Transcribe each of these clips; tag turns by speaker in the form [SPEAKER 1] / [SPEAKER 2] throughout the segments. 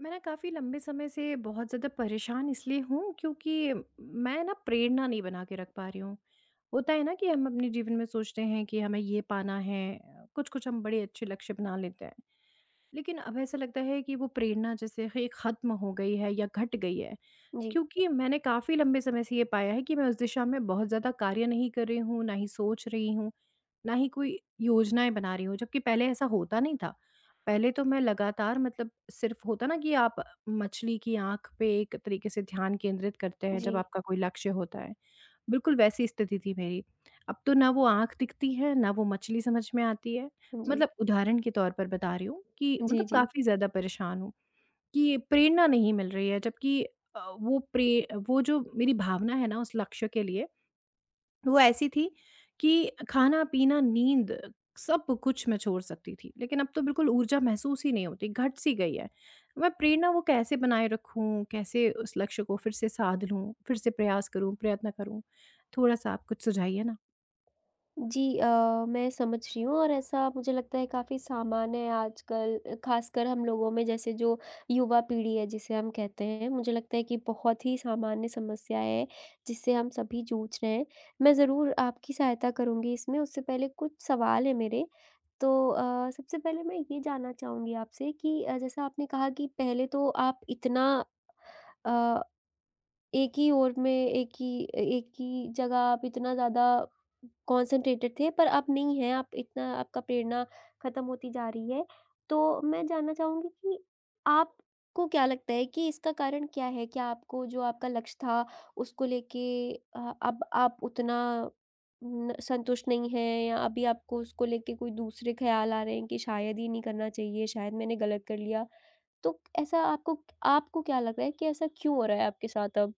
[SPEAKER 1] मैं ना काफ़ी लंबे समय से बहुत ज़्यादा परेशान इसलिए हूँ क्योंकि मैं ना प्रेरणा नहीं बना के रख पा रही हूँ। होता है ना कि हम अपने जीवन में सोचते हैं कि हमें ये पाना है, कुछ-कुछ हम बड़े अच्छे लक्ष्य बना लेते हैं। लेकिन अब ऐसा लगता है कि वो प्रेरणा जैसे कि ख़त्म हो गई है या घट गई है।
[SPEAKER 2] जी,
[SPEAKER 1] क्योंकि मैंने काफ़ी लंबे समय से ये पाया है कि मैं उस दिशा में बहुत ज़्यादा कार्य नहीं कर रही हूँ, ना ही सोच रही हूँ। ना ही कोई योजनाएँ बना रही हूँ, जबकि पहले ऐसा होता नहीं था। पहले तो मैं लगातार मतलब सिर्फ़ होता ना, कि आप मछली की आँख पे एक तरीके से ध्यान केंद्रित करते हैं जब
[SPEAKER 2] जी,
[SPEAKER 1] आपका कोई लक्ष्य होता है। बिल्कुल वैसी स्थिति थी मेरी। अब तो ना वो आँख दिखती है, ना वो मछली समझ में आती है।
[SPEAKER 2] जी,
[SPEAKER 1] मतलब उदाहरण के तौर पर बता रही हूँ कि
[SPEAKER 2] जी,
[SPEAKER 1] मतलब
[SPEAKER 2] जी।
[SPEAKER 1] काफ़ी ज़्यादा परेशान हूँ कि प्रेरणा नहीं मिल रही है, जबकि वो जो मेरी भावना है ना उस लक्ष्य के लिए, वो ऐसी थी कि खाना-पीना, नींद, सब कुछ मैं छोड़ सकती थी, लेकिन अब तो बिल्कुल ऊर्जा महसूस ही नहीं होती, घट-सी गई है। मैं प्रेरणा वो कैसे बनाए रखूँ? कैसे उस लक्ष्य को फिर से साध लूँ? फिर से प्रयास करूँ, प्रयत्न करूँ? थोड़ा-सा आप कुछ सुझाइए ना।
[SPEAKER 2] जी, मैं समझ रही हूँ और ऐसा मुझे लगता है काफ़ी सामान्य है आजकल, ख़ासकर हम लोगों में, जैसे जो युवा पीढ़ी है जिसे हम कहते हैं, मुझे लगता है कि बहुत ही सामान्य समस्या है, जिससे हम सभी जूझ रहे हैं। मैं ज़रूर आपकी सहायता करूँगी इसमें, उससे पहले कुछ सवाल हैं मेरे। तो सबसे पहले मैं ये जानना चाहूँगी आपसे कि, जैसा आपने कहा कि पहले तो आप इतना अ एक ही ओर में एक ही जगह आप इतना ज़्यादा कॉन्सन्ट्रेटेड थे, पर अब नहीं है, आप इतना आपका प्रेरणा खत्म होती जा रही है। तो मैं जानना चाहूँगी कि आपको क्या लगता है कि इसका कारण क्या है? क्या आपको जो आपका लक्ष्य था उसको लेके, अब आप उतना न संतुष्ट नहीं हैं, या अभी आपको उसको लेके कोई दूसरे ख़्याल आ रहे हैं कि शायद ये नहीं करना चाहिए, शायद मैंने गलत कर लिया? तो ऐसा आपको आपको क्या लग रहा है कि ऐसा क्यों हो रहा है आपके साथ अब?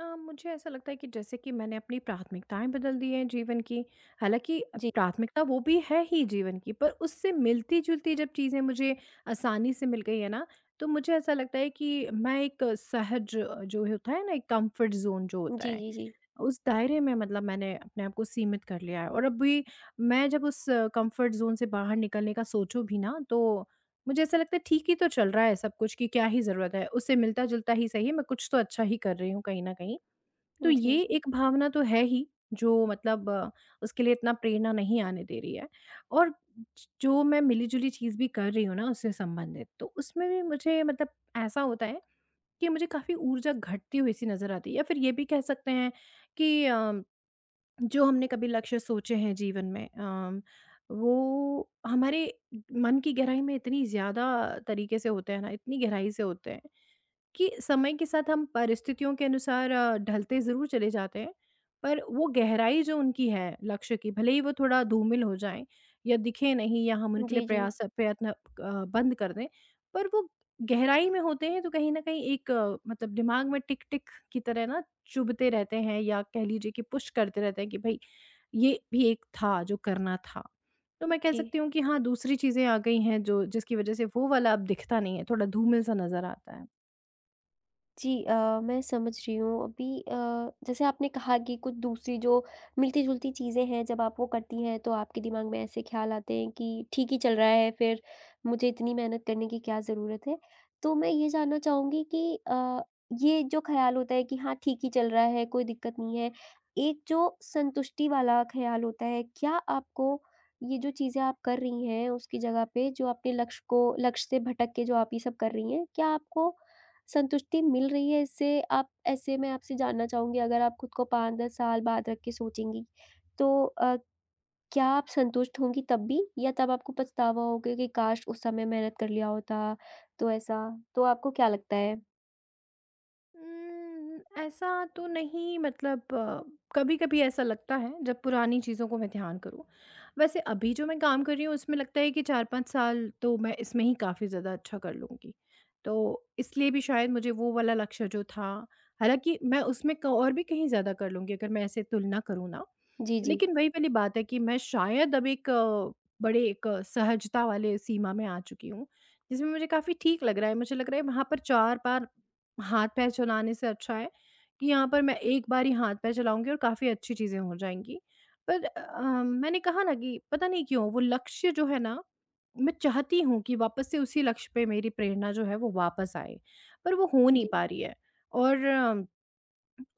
[SPEAKER 1] मुझे ऐसा लगता है कि जैसे कि मैंने अपनी प्राथमिकताएँ बदल दी हैं जीवन की, हालाँकि
[SPEAKER 2] जी,
[SPEAKER 1] प्राथमिकता वो भी है ही जीवन की, पर उससे मिलती-जुलती जब चीज़ें मुझे आसानी से मिल गई है ना, तो मुझे ऐसा लगता है कि मैं एक सहज जो होता है ना, एक कम्फ़र्ट ज़ोन जो होता
[SPEAKER 2] जी,
[SPEAKER 1] है,
[SPEAKER 2] जी, जी।
[SPEAKER 1] उस दायरे में मतलब मैंने अपने आप को सीमित कर लिया है। और अभी मैं जब उस कम्फ़र्ट ज़ोन से बाहर निकलने का सोचूँ भी ना, तो मुझे ऐसा लगता है ठीक ही तो चल रहा है सब कुछ, कि क्या ही ज़रूरत है, उससे मिलता-जुलता ही सही, मैं कुछ तो अच्छा ही कर रही हूँ कहीं न कहीं। तो
[SPEAKER 2] जी,
[SPEAKER 1] ये
[SPEAKER 2] जी।
[SPEAKER 1] एक भावना तो है ही, जो मतलब उसके लिए इतना प्रेरणा नहीं आने दे रही है। और जो मैं मिली-जुली चीज़ भी कर रही हूँ ना उससे संबंधित, तो उसमें भी मुझे मतलब ऐसा होता है कि मुझे काफ़ी ऊर्जा घटती हुई सी नज़र आती है, या फिर ये भी कह सकते हैं कि जो हमने कभी लक्ष्य सोचे हैं जीवन में, वो हमारे मन की गहराई में इतनी ज़्यादा तरीके से होते हैं ना, इतनी गहराई से होते हैं, कि समय के साथ हम परिस्थितियों के अनुसार ढलते ज़रूर चले जाते हैं, पर वो गहराई जो उनकी है लक्ष्य की, भले ही वो थोड़ा धूमिल हो जाएँ या दिखें नहीं, या हम उनके लिए
[SPEAKER 2] जी, जी।
[SPEAKER 1] प्रयास प्रयत्न बंद कर दें, पर वो गहराई में होते हैं, तो कहीं न कहीं एक मतलब दिमाग में टिक-टिक की तरह ना चुभते रहते हैं, या कह लीजिए कि पुश करते रहते हैं कि भई, ये भी एक था जो करना था। तो मैं कह
[SPEAKER 2] जी।
[SPEAKER 1] सकती हूँ कि हाँ, दूसरी चीज़ें आ गई हैं, जो जिसकी वज़ह से वो वाला अब दिखता नहीं है, थोड़ा धूमिल सा नज़र आता है।
[SPEAKER 2] जी, मैं समझ रही हूँ अभी, जैसे आपने कहा कि कुछ दूसरी जो मिलती-जुलती चीज़ें हैं, जब आप वो करती हैं तो आपके दिमाग में ऐसे ख़्याल आते हैं कि ठीक ही चल रहा है, फिर मुझे इतनी मेहनत करने की क्या ज़रूरत है? तो मैं ये जानना चाहूँगी कि, ये जो ख़्याल होता है कि हाँ, ठीक ही चल रहा है, कोई दिक्कत नहीं है। एक जो संतुष्टि वाला ख़्याल होता है, क्या आपको ये जो चीज़ें आप कर रही हैं उसकी जगह पे, जो आपके लक्ष्य से भटक के जो आप ये सब कर रही हैं, क्या आपको संतुष्टि मिल रही है इससे? आप ऐसे मैं आपसे जानना चाहूँगी, अगर आप खुद को 5-10 साल बाद रख के सोचेंगी, तो क्या आप संतुष्ट होंगी तब भी? या तब आपको पछतावा होगा कि काश उस समय मेहनत कर लिया होता? तो ऐसा? तो आपको क्या लगता है?
[SPEAKER 1] ऐसा तो नहीं, मतलब कभी-कभी ऐसा लगता है जब पुरानी चीज़ों को मैं ध्यान करूँ। वैसे अभी जो मैं काम कर रही हूँ उसमें लगता है कि 4-5 साल तो मैं इसमें ही काफ़ी ज़्यादा अच्छा कर लूँगी। तो इसलिए भी शायद मुझे वो वाला लक्ष्य जो था, हालाँकि मैं उसमें क और भी कहीं ज़्यादा कर लूँगी अगर मैं ऐसे तुलना करूँ ना।
[SPEAKER 2] जी, जी।
[SPEAKER 1] लेकिन वही वाली बात है कि मैं शायद अब एक बड़े एक सहजता वाले सीमा में आ चुकी हूँ, जिसमें मुझे काफ़ी ठीक लग रहा है। मुझे लग रहा है वहाँ पर 4 बार हाथ-पैर चलाने से अच्छा है कि यहाँ पर मैं एक बार ही हाथ-पैर चलाऊँगी और काफ़ी अच्छी चीज़ें हो जाएँगी। पर मैंने कहा ना कि पता नहीं क्यों वो लक्ष्य जो है ना, मैं चाहती हूँ कि वापस से उसी लक्ष्य पे मेरी प्रेरणा जो है वो वापस आए, पर वो हो नहीं
[SPEAKER 2] जी।
[SPEAKER 1] पा रही है। और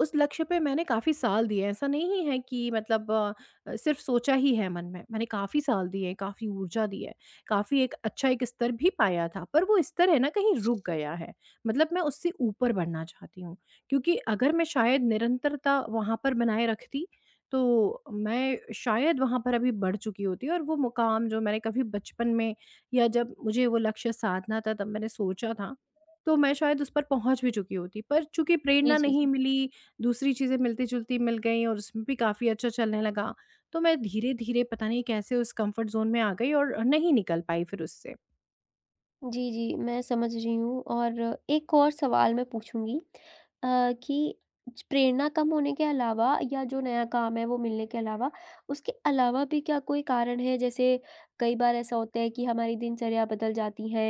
[SPEAKER 1] उस लक्ष्य पे मैंने काफ़ी साल दिए हैं, ऐसा नहीं है कि मतलब सिर्फ़ सोचा ही है मन में। मैंने काफ़ी साल दिए, काफ़ी ऊर्जा दी है, काफ़ी एक अच्छा एक स्तर भी पाया था, पर वो स्तर है ना कहीं रुक गया है। मतलब मैं उससे ऊपर बढ़ना चाहती हूँ, क्योंकि अगर मैं शायद निरंतरता वहाँ पर बनाए रखती, तो मैं शायद वहाँ पर अभी बढ़ चुकी होती, और वो मुकाम जो मैंने कभी बचपन में या जब मुझे वो लक्ष्य साधना था तब मैंने सोचा था, तो मैं शायद उस पर पहुँच भी चुकी होती। पर चूँकि
[SPEAKER 2] जी,
[SPEAKER 1] प्रेरणा
[SPEAKER 2] जी,
[SPEAKER 1] नहीं
[SPEAKER 2] जी।
[SPEAKER 1] मिली, दूसरी चीज़ें मिलती-जुलती मिल गईं और उसमें भी काफ़ी अच्छा चलने लगा। तो मैं धीरे-धीरे पता नहीं कैसे उस कम्फ़र्ट ज़ोन में आ गई और नहीं निकल पाई फिर उससे।
[SPEAKER 2] जी, जी, मैं समझ रही हूँ और एक और सवाल मैं पूछूँगी, कि च प्रेरणा कम होने के अलावा, या जो नया काम है वो मिलने के अलावा, उसके अलावा भी क्या कोई कारण है? जैसे कई बार ऐसा होता है कि हमारी दिनचर्या बदल जाती है,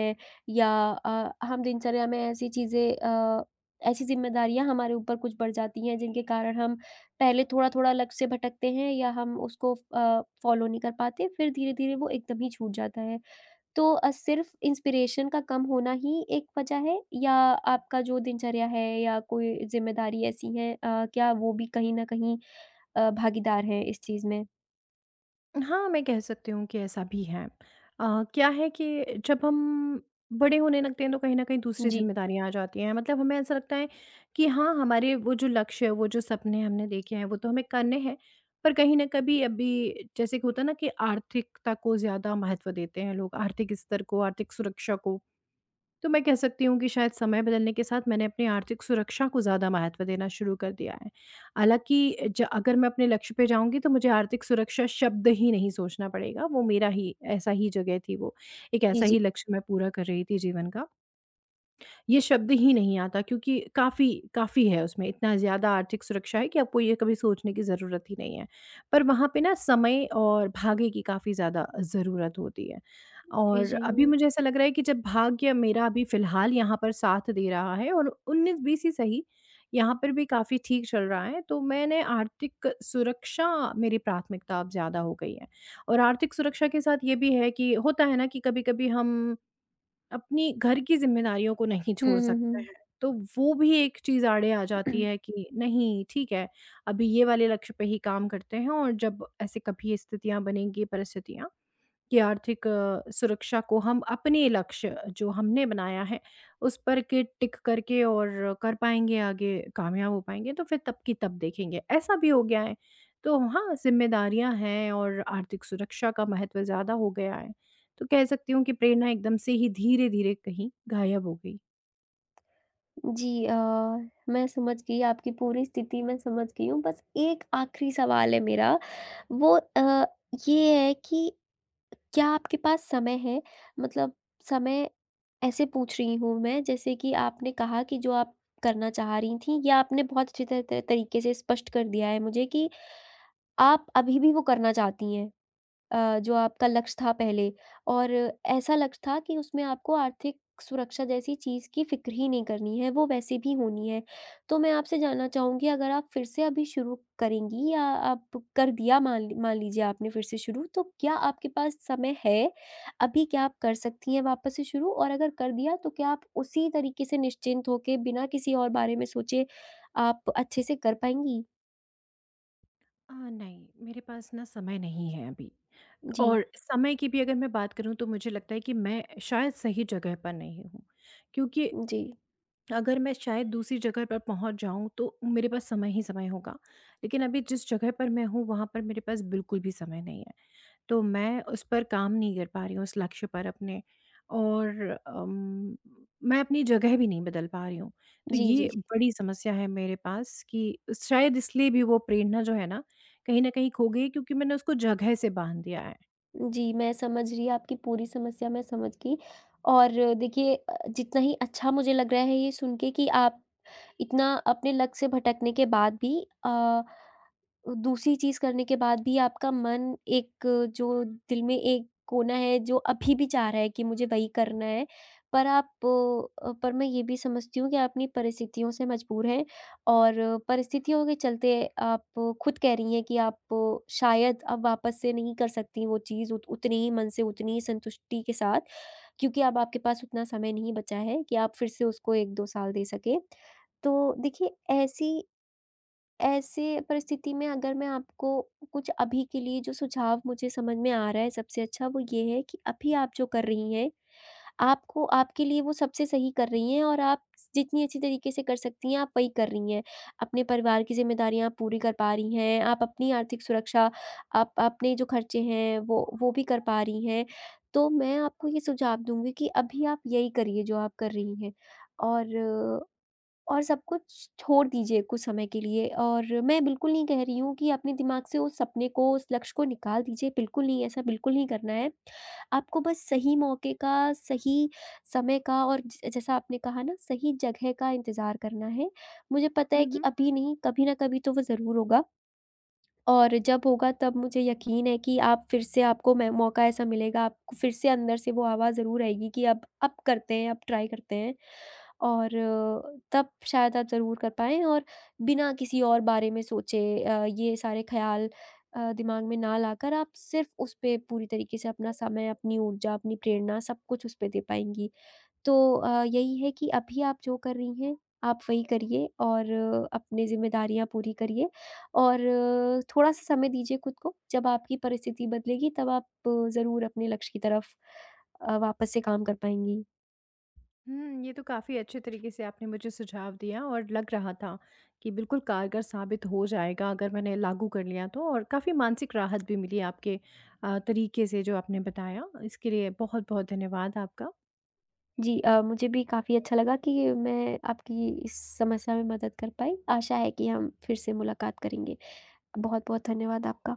[SPEAKER 2] या हम दिनचर्या में ऐसी चीज़ें, ऐसी ज़िम्मेदारियाँ हमारे ऊपर कुछ बढ़ जाती हैं जिनके कारण हम पहले थोड़ा-थोड़ा लक्ष्य से भटकते हैं, या हम उसको फ़ॉलो नहीं कर पाते, फिर धीरे-धीरे वो एकदम ही छूट जाता है। तो सिर्फ़ इंस्पिरेशन का कम होना ही एक वजह है, या आपका जो दिनचर्या है या कोई ज़िम्मेदारी ऐसी है, क्या वो भी कहीं न कहीं भागीदार है इस चीज़ में?
[SPEAKER 1] हाँ, मैं कह सकती हूँ कि ऐसा भी है। क्या है कि जब हम बड़े होने लगते हैं तो कहीं न कहीं दूसरी
[SPEAKER 2] जी।
[SPEAKER 1] ज़िम्मेदारियाँ आ जाती हैं। मतलब हमें ऐसा लगता है कि हाँ, हमारे वो जो लक्ष्य है, वो जो सपने हमने देखे हैं, वो तो हमें करने हैं। पर कहीं न कभी अभी जैसे कि होता है ना कि आर्थिकता को ज़्यादा महत्व देते हैं लोग, आर्थिक स्तर को, आर्थिक सुरक्षा को। तो मैं कह सकती हूँ कि शायद समय बदलने के साथ मैंने अपनी आर्थिक सुरक्षा को ज़्यादा महत्व देना शुरू कर दिया है। हालाँकि ज अगर मैं अपने लक्ष्य पे जाऊँगी तो मुझे आर्थिक सुरक्षा शब्द ही नहीं सोचना पड़ेगा, वो मेरा ही ऐसा ही जगह थी वो। एक
[SPEAKER 2] जी,
[SPEAKER 1] ऐसा
[SPEAKER 2] जी।
[SPEAKER 1] ही लक्ष्य मैं पूरा कर रही थी जीवन का। ये शब्द ही नहीं आता क्योंकि काफ़ी काफ़ी है उसमें, इतना ज़्यादा आर्थिक सुरक्षा है कि आपको ये कभी सोचने की ज़रूरत ही नहीं है। पर वहाँ पे ना समय और भाग्य की काफ़ी ज़्यादा ज़रूरत होती है।
[SPEAKER 2] जी,
[SPEAKER 1] और
[SPEAKER 2] जी,
[SPEAKER 1] अभी
[SPEAKER 2] जी।
[SPEAKER 1] मुझे ऐसा लग रहा है कि जब भाग्य मेरा अभी फ़िलहाल यहाँ पर साथ दे रहा है और 19-20 ही सही, यहाँ पर भी काफ़ी ठीक चल रहा है, तो मैंने आर्थिक सुरक्षा, मेरी प्राथमिकता अब ज़्यादा हो गई है। और आर्थिक सुरक्षा के साथ ये भी है कि होता है ना कि कभी-कभी हम अपनी घर की ज़िम्मेदारियों को नहीं
[SPEAKER 2] हुँ,
[SPEAKER 1] छोड़
[SPEAKER 2] हुँ,
[SPEAKER 1] सकते
[SPEAKER 2] हुँ।
[SPEAKER 1] हैं। तो वो भी एक चीज़ आड़े आ जाती है कि नहीं ठीक है, अभी ये वाले लक्ष्य पे ही काम करते हैं और जब ऐसे कभी स्थितियाँ बनेंगी, परिस्थितियाँ, कि आर्थिक सुरक्षा को हम अपने लक्ष्य जो हमने बनाया है उस पर के टिक करके और कर पाएँगे आगे, कामयाब हो पाएँगे, तो फिर तब की तब देखेंगे, ऐसा भी हो गया है। तो हाँ, ज़िम्मेदारियाँ हैं और आर्थिक सुरक्षा का महत्व ज़्यादा हो गया है। तो कह सकती हूँ कि प्रेरणा एकदम से ही धीरे-धीरे कहीं गायब हो गई।
[SPEAKER 2] जी, मैं समझ गई, आपकी पूरी स्थिति मैं समझ गई हूँ। बस एक आखिरी सवाल है मेरा, वो ये है कि क्या आपके पास समय है? मतलब समय, ऐसे पूछ रही हूँ मैं जैसे कि आपने कहा कि जो आप करना चाह रही थीं, या आपने बहुत अच्छी तरह तरीके से स्पष्ट कर दिया है मुझे, कि आप अभी भी वो करना चाहती हैं। जो आपका लक्ष्य था पहले और ऐसा लक्ष्य था कि उसमें आपको आर्थिक सुरक्षा जैसी चीज़ की फ़िक्र ही नहीं करनी है, वो वैसे भी होनी है। तो मैं आपसे जानना चाहूँगी, अगर आप फिर से अभी शुरू करेंगी, या आप कर दिया मान लीजिए आपने फिर से शुरू, तो क्या आपके पास समय है? अभी क्या आप कर सकती हैं वापस से शुरू? और अगर कर दिया तो क्या आप उसी तरीके से निश्चिंत होके, बिना किसी और बारे में सोचे, आप अच्छे से कर पाएँगी?
[SPEAKER 1] नहीं, मेरे पास ना समय नहीं है अभी।
[SPEAKER 2] जी,
[SPEAKER 1] और समय की भी अगर मैं बात करूँ तो मुझे लगता है कि मैं शायद सही जगह पर नहीं हूँ, क्योंकि
[SPEAKER 2] जी।
[SPEAKER 1] अगर मैं शायद दूसरी जगह पर पहुंच जाऊं तो मेरे पास समय ही समय होगा, लेकिन अभी जिस जगह पर मैं हूं वहां पर मेरे पास बिल्कुल भी समय नहीं है। तो मैं उस पर काम नहीं कर पा रही हूँ, उस लक्ष्य पर अपने। और अम, मैं अपनी जगह भी नहीं बदल पा रही हूँ। तो
[SPEAKER 2] जी,
[SPEAKER 1] ये
[SPEAKER 2] जी।
[SPEAKER 1] बड़ी समस्या है मेरे पास कि शायद इसलिए भी वो प्रेरणा जो है ना, कहीं ना कहीं खो गई, क्योंकि मैंने उसको जगह से बांध दिया
[SPEAKER 2] जी, मैं समझ रही, आपकी पूरी समस्या मैं समझ गई। और देखिए, जितना ही अच्छा मुझे लग रहा है ये सुन के कि आप इतना अपने लक्ष्य से भटकने के बाद भी, अ, दूसरी चीज़ करने के बाद भी, आपका मन एक, जो दिल में एक कोना है, जो अभी भी चाह रहा है कि मुझे वही करना है, पर आप पर मैं ये भी समझती हूँ कि आप अपनी परिस्थितियों से मजबूर हैं, और परिस्थितियों के चलते आप खुद कह रही हैं कि आप शायद अब वापस से नहीं कर सकती वो चीज़ उत उतने ही मन से, उतनी ही संतुष्टि के साथ, क्योंकि अब आपके पास उतना समय नहीं बचा है कि आप फिर से उसको 1-2 साल दे सकें। तो देखिए, ऐसी ऐसे परिस्थिति में अगर मैं आपको कुछ अभी के लिए जो सुझाव मुझे समझ में आ रहा है सबसे अच्छा, वो ये है कि अभी आप जो कर रही हैं, आपको आपके लिए वो सबसे सही कर रही हैं, और आप जितनी अच्छी तरीके से कर सकती हैं, आप वही कर रही हैं। अपने परिवार की ज़िम्मेदारियाँ आप पूरी कर पा रही हैं, आप अपनी आर्थिक सुरक्षा, आप अपने जो खर्चे हैं वो भी कर पा रही हैं। तो मैं आपको ये सुझाव दूँगी कि अभी आप यही करिए जो आप कर रही हैं। और सब कुछ छोड़ दीजिए कुछ समय के लिए, और मैं बिल्कुल नहीं कह रही हूँ कि अपने दिमाग से उस सपने को, उस लक्ष्य को निकाल दीजिए, बिल्कुल नहीं, ऐसा बिल्कुल नहीं करना है। आपको बस सही मौके का, सही समय का, और ज जैसा आपने कहा ना, सही जगह का इंतज़ार करना है। मुझे पता है कि
[SPEAKER 1] है।
[SPEAKER 2] अभी नहीं, कभी न कभी तो वो ज़रूर होगा। और जब होगा तब मुझे यकीन है कि आप फिर से आपको मैं मौका ऐसा मिलेगा, आपको फिर से अंदर से वो आवाज़ ज़रूर आएगी कि अब करते हैं, अब ट्राई करते हैं। और तब शायद आप ज़रूर कर पाएँ, और बिना किसी और बारे में सोचे, ये सारे ख़्याल, दिमाग में ना लाकर, आप सिर्फ़ उस पे पूरी तरीके से अपना समय, अपनी ऊर्जा, अपनी प्रेरणा सब कुछ उस पे दे पाएँगी। तो यही है कि अभी आप जो कर रही हैं, आप वही करिए, और अपनी ज़िम्मेदारियाँ पूरी करिए, और थोड़ा-सा समय दीजिए खुद को। जब आपकी परिस्थिति बदलेगी तब आप ज़रूर अपने लक्ष्य की तरफ वापस से काम कर पाएँगी।
[SPEAKER 1] हुँ, ये तो काफ़ी अच्छे तरीके से आपने मुझे सुझाव दिया और लग रहा था कि बिल्कुल कारगर साबित हो जाएगा अगर मैंने लागू कर लिया तो, और काफ़ी मानसिक राहत भी मिली आपके तरीके से जो आपने बताया। इसके लिए बहुत-बहुत धन्यवाद आपका।
[SPEAKER 2] जी, मुझे भी काफ़ी अच्छा लगा कि मैं आपकी इस समस्या में मदद कर पाई। आशा है कि हम फिर से मुलाकात करेंगे। बहुत-बहुत धन्यवाद आपका।